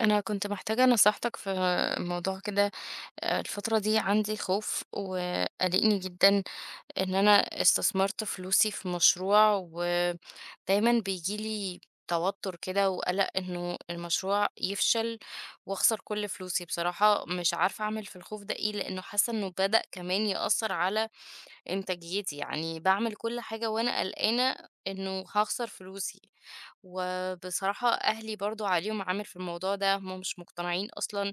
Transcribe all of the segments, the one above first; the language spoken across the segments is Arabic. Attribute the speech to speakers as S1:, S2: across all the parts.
S1: أنا كنت محتاجة نصيحتك في موضوع كده. الفترة دي عندي خوف وقلقني جدا إن أنا استثمرت فلوسي في مشروع ودايما بيجيلي توتر كده وقلق إنه المشروع يفشل وأخسر كل فلوسي. بصراحة مش عارفة أعمل في الخوف ده إيه لأنه حاسة إنه بدأ كمان يأثر على إنتاجيتي، يعني باعمل كل حاجة وأنا قلقانة إنه هاخسر فلوسي، وبصراحة أهلي برضه عليهم عامل في الموضوع ده، هُم مش مقتنعين أصلًا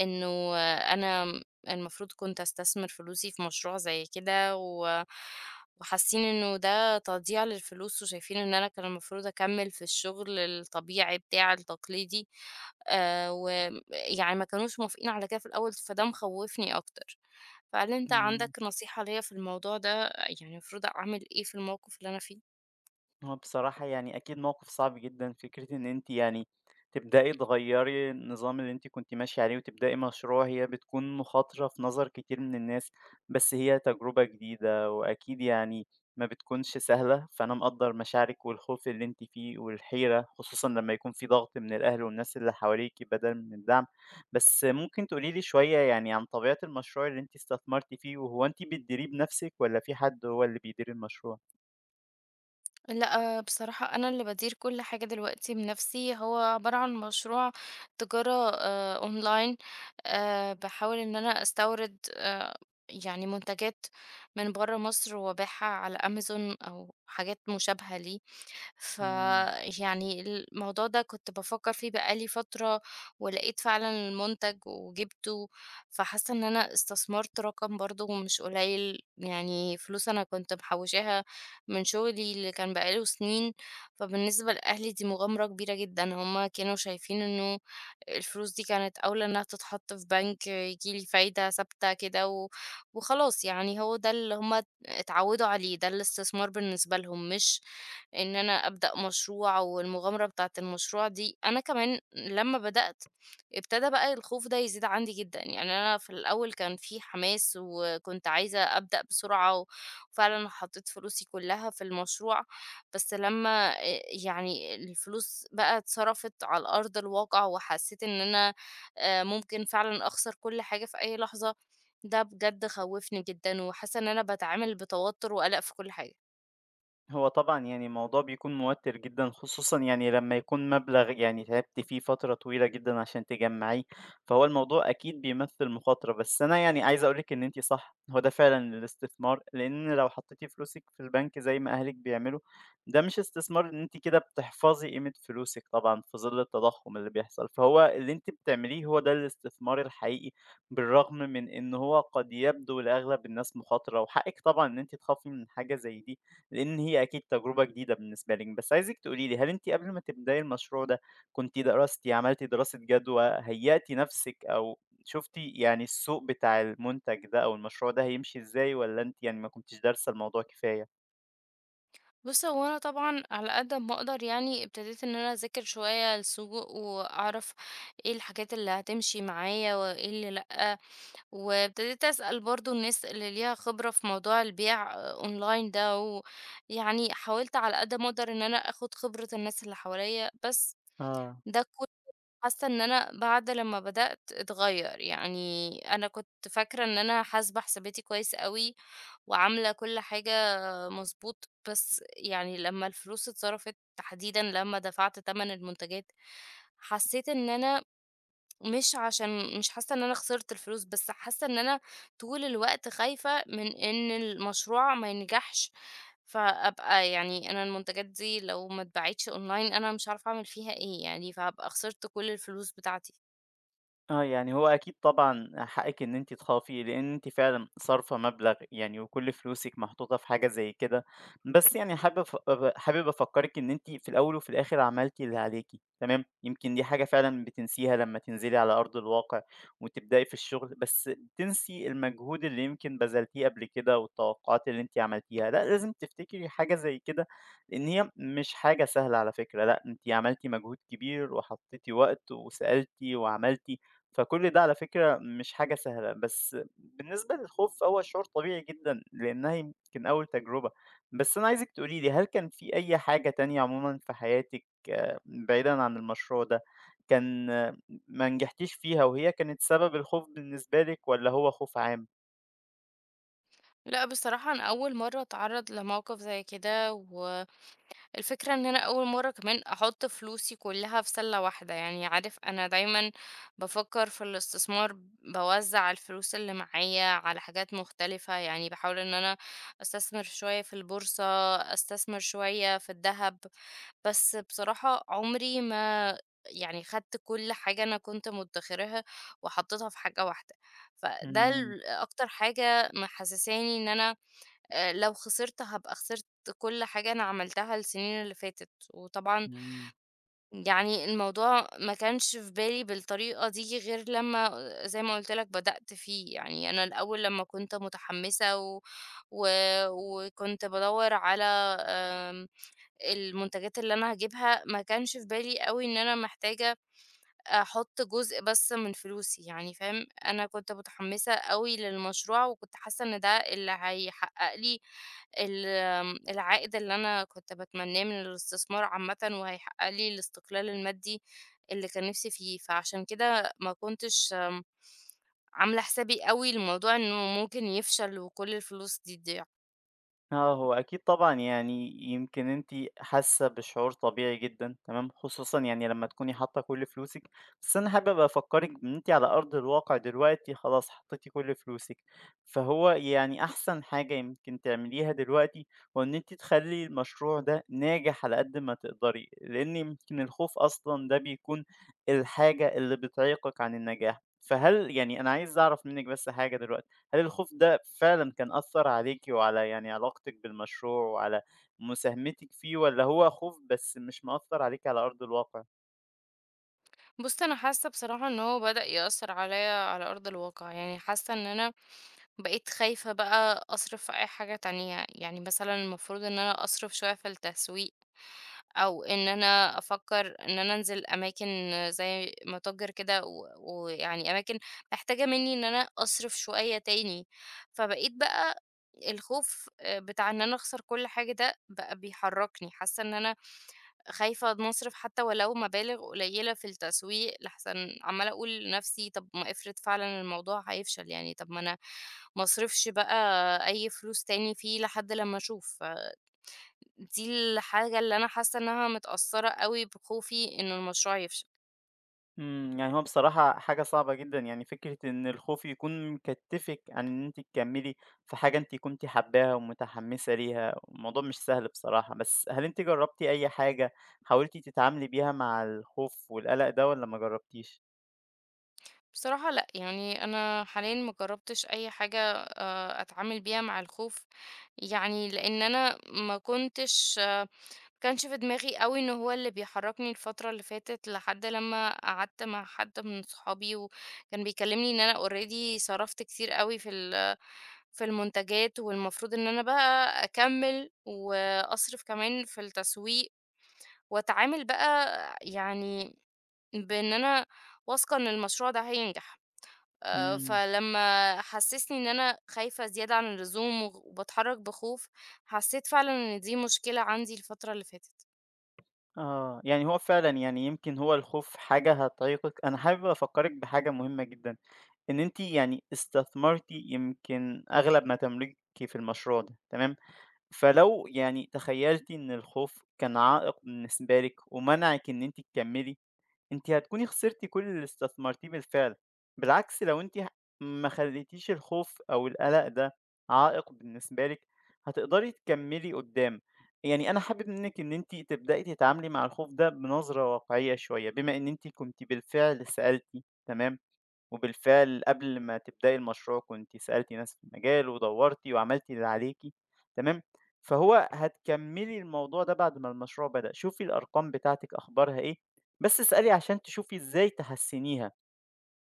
S1: إنه أنا المفروض كنت أستثمر فلوسي في مشروع زي كده، و وحاسين إنه ده تضييع للفلوس، وشايفين إن أنا كان المفروض أكمل في الشغل الطبيعي بتاعي التقليدي، ويعني ما كانوش موافقين على كده في الأول، فده مخوفني أكتر. فهل أنت عندك
S2: إمم.
S1: نصيحة ليّا في الموضوع ده، يعني المفروض أعمل إيه في الموقف اللي أنا فيه؟
S2: هو بصراحة يعني أكيد موقف صعب جدًا، فكرة إن أنتِ يعني تبدئي تغيّري النظام اللي أنتِ كنتِ ماشية عليه وتبدئي مشروع، هي بتكون مخاطرة في نظر كتير من الناس، بس هي تجربة جديدة وأكيد يعني ما بتكونش سهلة، فأنا مقدّر مشاعرِك والخوف اللي أنتِ فيه والحيرة، خصوصًا لمّا يكون في ضغط من الأهل والناس اللي حواليكِ بدل من الدعم. بس ممكن تقولي لي شوية يعني عن طبيعة المشروع اللي أنتِ استثمرتِ فيه، وهو أنتِ بتديريه بنفسِك والّا في حد هو اللي بيدير المشروع؟
S1: لأ، بصراحة أنا اللي بادير كل حاجة دلوقتي بنفسي، هو عبارة عن مشروع تجارة أونلاين. باحاول إن أنا أستورد يعني منتجات من برّه مصر وأبيعها على أمازون أو حاجات مشابهة ليه.
S2: إمم.
S1: فيعني الموضوع ده كنت بافكّر فيه بقى لي فترة، ولقيت فعلًا المُنتَج وجِبته، فحاسة إن أنا استثمرت رقم برضه مش قليل، يعني فلوس أنا كنت محوّشاها من شُغلي اللي كان بقى له سنين، فبالنسبة لأهلي دي مغامرة كبيرة جدًا، هُم كانوا شايفين إنه الفلوس دي كانت أولى إنها تتحط في بنك ييجي لي فايدة ثابتة كده، و وخلاص يعني هو ده اللي هُم اتعوّدوا عليه، ده الاستثمار بالنسبة لهم، مش إن أنا أبدأ مشروع والمغامرة بتاعة المشروع دي. أنا كمان لمّا بدأت ابتدى بقى الخوف ده يزيد عندي جدًا، يعني أنا في الأول كان في حماس وكنت عايزة أبدأ بسرعة، و وفعلًا حطيت فلوسي كلها في المشروع. بس لمّا يعني الفلوس بقى اتصرفت على أرض الواقع وحسيت إن أنا ممكن فعلًا أخسر كل حاجة في أي لحظة، ده بجد خوّفني جدًا وحاسة إن أنا باتعامل بتوتر وقلق في كل حاجة.
S2: هو طبعًا يعني الموضوع بيكون موتِّر جدًا، خصوصًا يعني لمّا يكون مبلغ يعني تعبتِ فيه فترة طويلة جدًا عشان تجمّعيه، فهو الموضوع أكيد بيمثّل مخاطرة، بس أنا يعني عايز أقول لِك إن أنتِ صح، هو ده فعلًا الاستثمار، لإن لو حطّيتِ فلوسِك في البنك زي ما أهلِك بيعملوا، ده مش استثمار إن أنتِ كده بتحفظي قيمة فلوسِك طبعًا في ظِل التضخُّم اللي بيحصل، فهو اللي أنتِ بتعمليه هو ده الاستثمار الحقيقي، بالرغم من إن هو قد يبدو لأغلب الناس مخاطرة وحقِّك طبعًا إن أنتِ تخافي من حاجة زي دي، لإن هي أكيد تجربة جديدة بالنسبة لِك، بس عايزِك تقولي لي هل أنتِ قبل ما تبدأي المشروع ده كنتِ درستِ، عملتِ دراسة جدوى، هيأتِ نفسِك أو شُفتِ يعني السوق بتاع المنتج ده أو المشروع ده هيمشي إزاي والّا أنتِ يعني ما كنتيش دارسة الموضوع كفاية؟
S1: بُص، هو أنا طبعًا على قد ما أقدر يعني ابتديت إن أنا أذاكر شوية السوق، وأعرف إيه الحاجات اللي هتمشي معايا وإيه اللي لأ، وابتديت أسأل برضه الناس اللي ليها خبرة في موضوع البيع أونلاين ده، ويعني حاولت على قد ما أقدر إن أنا آخد خبرة الناس اللي حواليّا. بس
S2: آه.
S1: ده كنت حاسة إن أنا بعد لمّا بدأت اتغير، يعني أنا كنت فاكرة إن أنا حاسبة حساباتي كويس أوي، وعاملة كل حاجة مضبوط. بس يعني لمّا الفلوس اتصرفت تحديدًا لمّا دفعت تمن المنتجات، حسيت إن أنا مش عشان مش حاسة إن أنا خسرت الفلوس، بس حاسة إن أنا طول الوقت خايفة من إن المشروع ما ينجحش، فأبقى يعني أنا المنتجات دي لو ما اتباعتش أونلاين أنا مش عارفة أعمل فيها إيه يعني، فهابقى خسرت كل الفلوس بتاعتي.
S2: آه، يعني هو أكيد طبعًا حقِّك إن أنتِ تخافي، لإن أنتِ فعلًا صارفة مبلغ يعني وكل فلوسِك محطوطة في حاجة زي كده، بس يعني حابب أف أب حابب أفكّرِك إن أنتِ في الأول وفي الآخر عملتِ اللي عليكِ، تمام، يمكن دي حاجة فعلًا بتنسيها لمّا تنزلي على أرض الواقع وتبدئي في الشغل، بس بتنسي المجهود اللي يمكن بذلتيه قبل كده والتوقعات اللي أنتِ عملتيها، لأ، لازم تفتكري حاجة زي كده، لإن هي مش حاجة سهلة على فكرة، لأ، أنتِ عملتِ مجهود كبير وحطّيتِ وقت وسألتِ وعملتِ. فكل ده على فكرة مش حاجة سهلة، بس بالنسبة للخوف فهو شعور طبيعي جدًا، لإنها يمكن أول تجربة. بس أنا عايزِك تقولي لي هل كان في أي حاجة تانية عمومًا في حياتِك آه، بعيدًا عن المشروع ده، كان آه، ما نجحتيش فيها وهي كانت سبب الخوف بالنسبة لِك والّا هو خوف عام؟
S1: لأ، بصراحة أنا أول مرّة أتعرّض لموقف زي كده، و الفكرة إن أنا أول مرة كمان أحط فلوسي كلها في سلة واحدة. يعني عارف، أنا دايما بفكر في الاستثمار بوزع الفلوس اللي معايا على حاجات مختلفة، يعني بحاول إن أنا أستثمر شوية في البورصة، أستثمر شوية في الذهب. بس بصراحة عمري ما يعني خدت كل حاجة أنا كنت مدخراها وحطيتها في حاجة واحدة، فده
S2: إمم،
S1: أكتر حاجة محسساني إن أنا لو خسرت هابقى خسرت كل حاجة أنا عملتها السنين اللي فاتت، وطبعًا
S2: إمم.
S1: يعني الموضوع ما كانش في بالي بالطريقة دي غير لمّا زي ما قُلت لك بدأت فيه. يعني أنا الأول لمّا كنت متحمسة و و وكنت بادوّر على آمم المنتجات اللي أنا هاجيبها، ما كانش في بالي أوي إن أنا محتاجة أحط جزء بس من فلوسي يعني فاهم. أنا كنت متحمسة أوي للمشروع وكنت حاسة إن ده اللي هيحقق لي ال آمم، العائد اللي أنا كنت باتمناه من الاستثمار عامةً، وهيحقق لي الاستقلال المادي اللي كان نفسي فيه، فعشان كده ما كنتش عاملة حسابي أوي لموضوع إنه ممكن يفشل وكل الفلوس دي تضيع.
S2: آه، هو أكيد طبعًا يعني يمكن أنتِ حاسة بشعور طبيعي جدًا، تمام، خصوصًا يعني لمّا تكوني حاطة كل فلوسِك، بس أنا حابب أفكّرِك بإن أنتِ على أرض الواقع دلوقتي خلاص حطيتِ كل فلوسِك، فهو يعني أحسن حاجة يمكن تعمليها دلوقتي هو إن أنتِ تخلّي المشروع ده ناجح على قد ما تقدري، لإن يمكن الخوف أصلًا ده بيكون الحاجة اللي بتعيقِك عن النجاح، فهل يعني أنا عايز أعرف منِّك بس حاجة دلوقتي. هل الخوف ده فعلًا كان أثّر عليكِ وعلى يعني علاقتِك بالمشروع وعلى مساهمتِك فيه والّا هو خوف بس مش مأثّر عليكِ على أرض الواقع؟
S1: بُص، أنا حاسة بصراحة إن هو بدأ يأثر عليَّ على أرض الواقع، يعني حاسة إن أنا بقيت خايفة بقى أصرف في أي حاجة تانية، يعني مثلا المفروض إن أنا أصرف شوية في التسويق أو إن أنا أفكر إن أنا أنزل أماكن زي متاجر كده ويعني أماكن محتاجة مني إن أنا أصرف شوية تاني. فبقيت بقى الخوف بتاع إن أنا أخسر كل حاجة ده بقى بيحركني، حاسة إن أنا خايفة نصرف حتى ولو مبالغ قليلة في التسويق، لحسن عمالة أقول لنفسي طب ما افرض فعلا الموضوع هيفشل، يعني طب ما أنا مصرفش بقى أي فلوس تاني فيه لحد لما أشوف. دي الحاجة اللي أنا حاسة إنها متأثرة قوي بخوفي إن المشروع يفشل.
S2: إمم، يعني هو بصراحة حاجة صعبة جدًا، يعني فكرة إن الخوف يكون مكتّفِك عن إن أنتِ تكمّلي في حاجة أنتِ كنتِ حاباها ومتحمّسة ليها، الموضوع مش سهل بصراحة، بس هل أنتِ جرّبتِ أي حاجة حاولتِ تتعاملي بيها مع الخوف والقلق ده والّا ما جرّبتيش؟
S1: بصراحة لأ، يعني أنا حاليا مجربتش أي حاجة أتعامل بيها مع الخوف. يعني لأن أنا ما كنتش كانش في دماغي أوي إن هو اللي بيحرّكني الفترة اللي فاتت، لحد لمّا قعدت مع حد من صحابي، وكان بيكلّمني إن أنا already صرفت كتير أوي في في المنتجات، والمفروض إن أنا بقى أكمّل، وأصرف كمان في التسويق، وأتعامل بقى يعني بإن أنا واثقة إن المشروع ده هينجح.
S2: إمم.
S1: فلمّا حسّسني إن أنا خايفة زيادة عن اللزوم، وباتحرّك بخوف، حسّيت فعلًا إن دي مشكلة عندي الفترة اللي فاتت.
S2: آه، يعني هو فعلًا يعني يمكن هو الخوف حاجة هتعيقِك، أنا حابب أفكّرِك بحاجة مهمة جدًا، إن أنتِ يعني استثمرتِ يمكن أغلب ما تملكي في المشروع ده، تمام؟ فلو يعني تخيّلتِ إن الخوف كان عائق بالنسبة لِك ومنعِك إن أنتِ تكمّلي، أنتِ هتكوني خسرتِ كل اللي استثمرتيه بالفعل، بالعكس لو أنتِ ما خليتيش الخوف أو القلق ده عائق بالنسبة لِك، هتقدري تكمّلي قدّام. يعني أنا حابب منِّك إن أنتِ تبدئي تتعاملي مع الخوف ده بنظرة واقعية شوية، بما إن أنتِ كنتِ بالفعل سألتِ، تمام؟ وبالفعل قبل ما تبدئي المشروع كنتِ سألتِ ناس في المجال ودوّرتِ وعملتِ اللي عليكِ، تمام، فهو هتكمّلي الموضوع ده بعد ما المشروع بدأ، شوفي الأرقام بتاعتِك أخبارها إيه، بس اسألي عشان تشوفي إزاي تحسّنيها،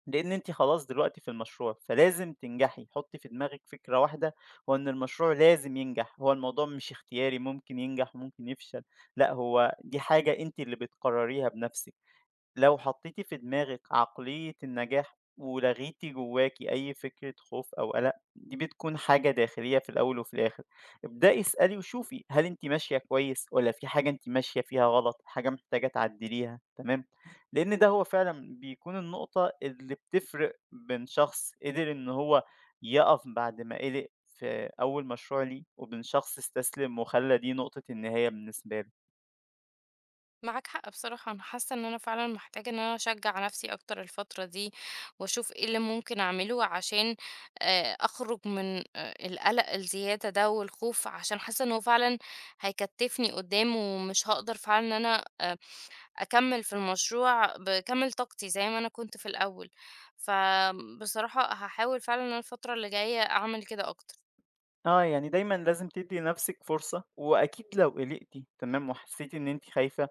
S2: لإن أنتِ خلاص دلوقتي في المشروع، فلازم تنجحي، حُطّي في دماغِك فكرة واحدة، هو إن المشروع لازم ينجح، هو الموضوع مش اختياري ممكن ينجح وممكن يفشل، لأ هو دي حاجة أنتِ اللي بتقرّريها بنفسِك. لو حطيتِ في دماغِك عقلية النجاح ولغيتِ جواكِ أي فكرة خوف أو قلق، دي بتكون حاجة داخلية في الأول وفي الآخر. ابدئي اسألي وشوفي هل أنتِ ماشية كويس والّا في حاجة أنتِ ماشية فيها غلط، حاجة محتاجة تعدليها، تمام؟ لأن ده هو فعلًا بيكون النقطة اللي بتفرق بين شخص قدر إن هو يقف بعد ما قلق في أول مشروع ليه، وبين شخص استسلم وخلّى دي نقطة النهاية بالنسبة له.
S1: معاك حق. بصراحة أنا حاسة إن أنا فعلا محتاجة إن أنا أشجع نفسي أكتر الفترة دي وأشوف إيه اللي ممكن أعمله عشان أخرج من القلق الزيادة ده والخوف، عشان حاسة إنه فعلا هيكتفني قدام ومش هقدر فعلا إن أنا أكمل في المشروع بكامل طاقتي زي ما أنا كنت في الأول. فبصراحة هحاول فعلا إن أنا الفترة اللي جاية أعمل كده أكتر.
S2: آه، يعني دايمًا لازم تدّي لنفسِك فرصة، وأكيد لو قلقتِ تمام، وحسيتِ إن أنتِ خايفة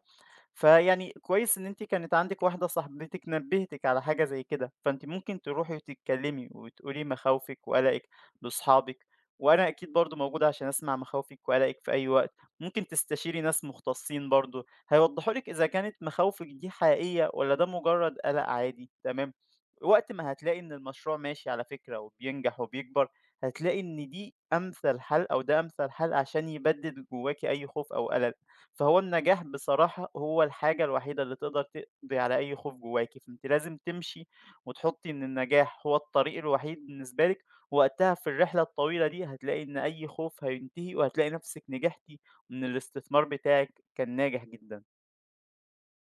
S2: فيعني كويس إن أنتِ كانت عندِك واحدة صاحبتِك نبهتِك على حاجة زي كده، فأنتِ ممكن تروحي وتتكلمي وتقولي مخاوفِك وقلقِك لأصحابِك، وأنا أكيد برضه موجود عشان أسمع مخاوفِك وقلقِك في أي وقت، ممكن تستشيري ناس مختصين برضه هيوضحوا لِك إذا كانت مخاوفِك دي حقيقية والّا ده مجرد قلق عادي، تمام؟ وقت ما هتلاقي إن المشروع ماشي على فكرة وبينجح وبيكبر، هتلاقي إن دي أمثل حل أو ده أمثل حل عشان يبدد جواكِ أي خوف أو قلق. فهو النجاح بصراحة هو الحاجة الوحيدة اللي تقدر تقضي على أي خوف جواكِ، فأنتِ لازم تمشي وتحطي إن النجاح هو الطريق الوحيد بالنسبة لِك، وقتها في الرحلة الطويلة دي هتلاقي إن أي خوف هينتهي، وهتلاقي نفسِك نجحتِ وإن الاستثمار بتاعِك كان ناجح جدًا.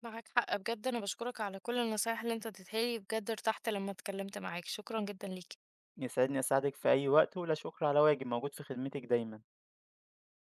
S1: معاك حق بجد. أنا بشكرك على كل النصايح اللي أنت اديتها لي، بجد ارتحت لما اتكلمت معاك، شكرا جدا ليك.
S2: يسعدني أساعدِك في أي وقت، ولا شكر على واجب، موجود في خدمتِك دايمًا.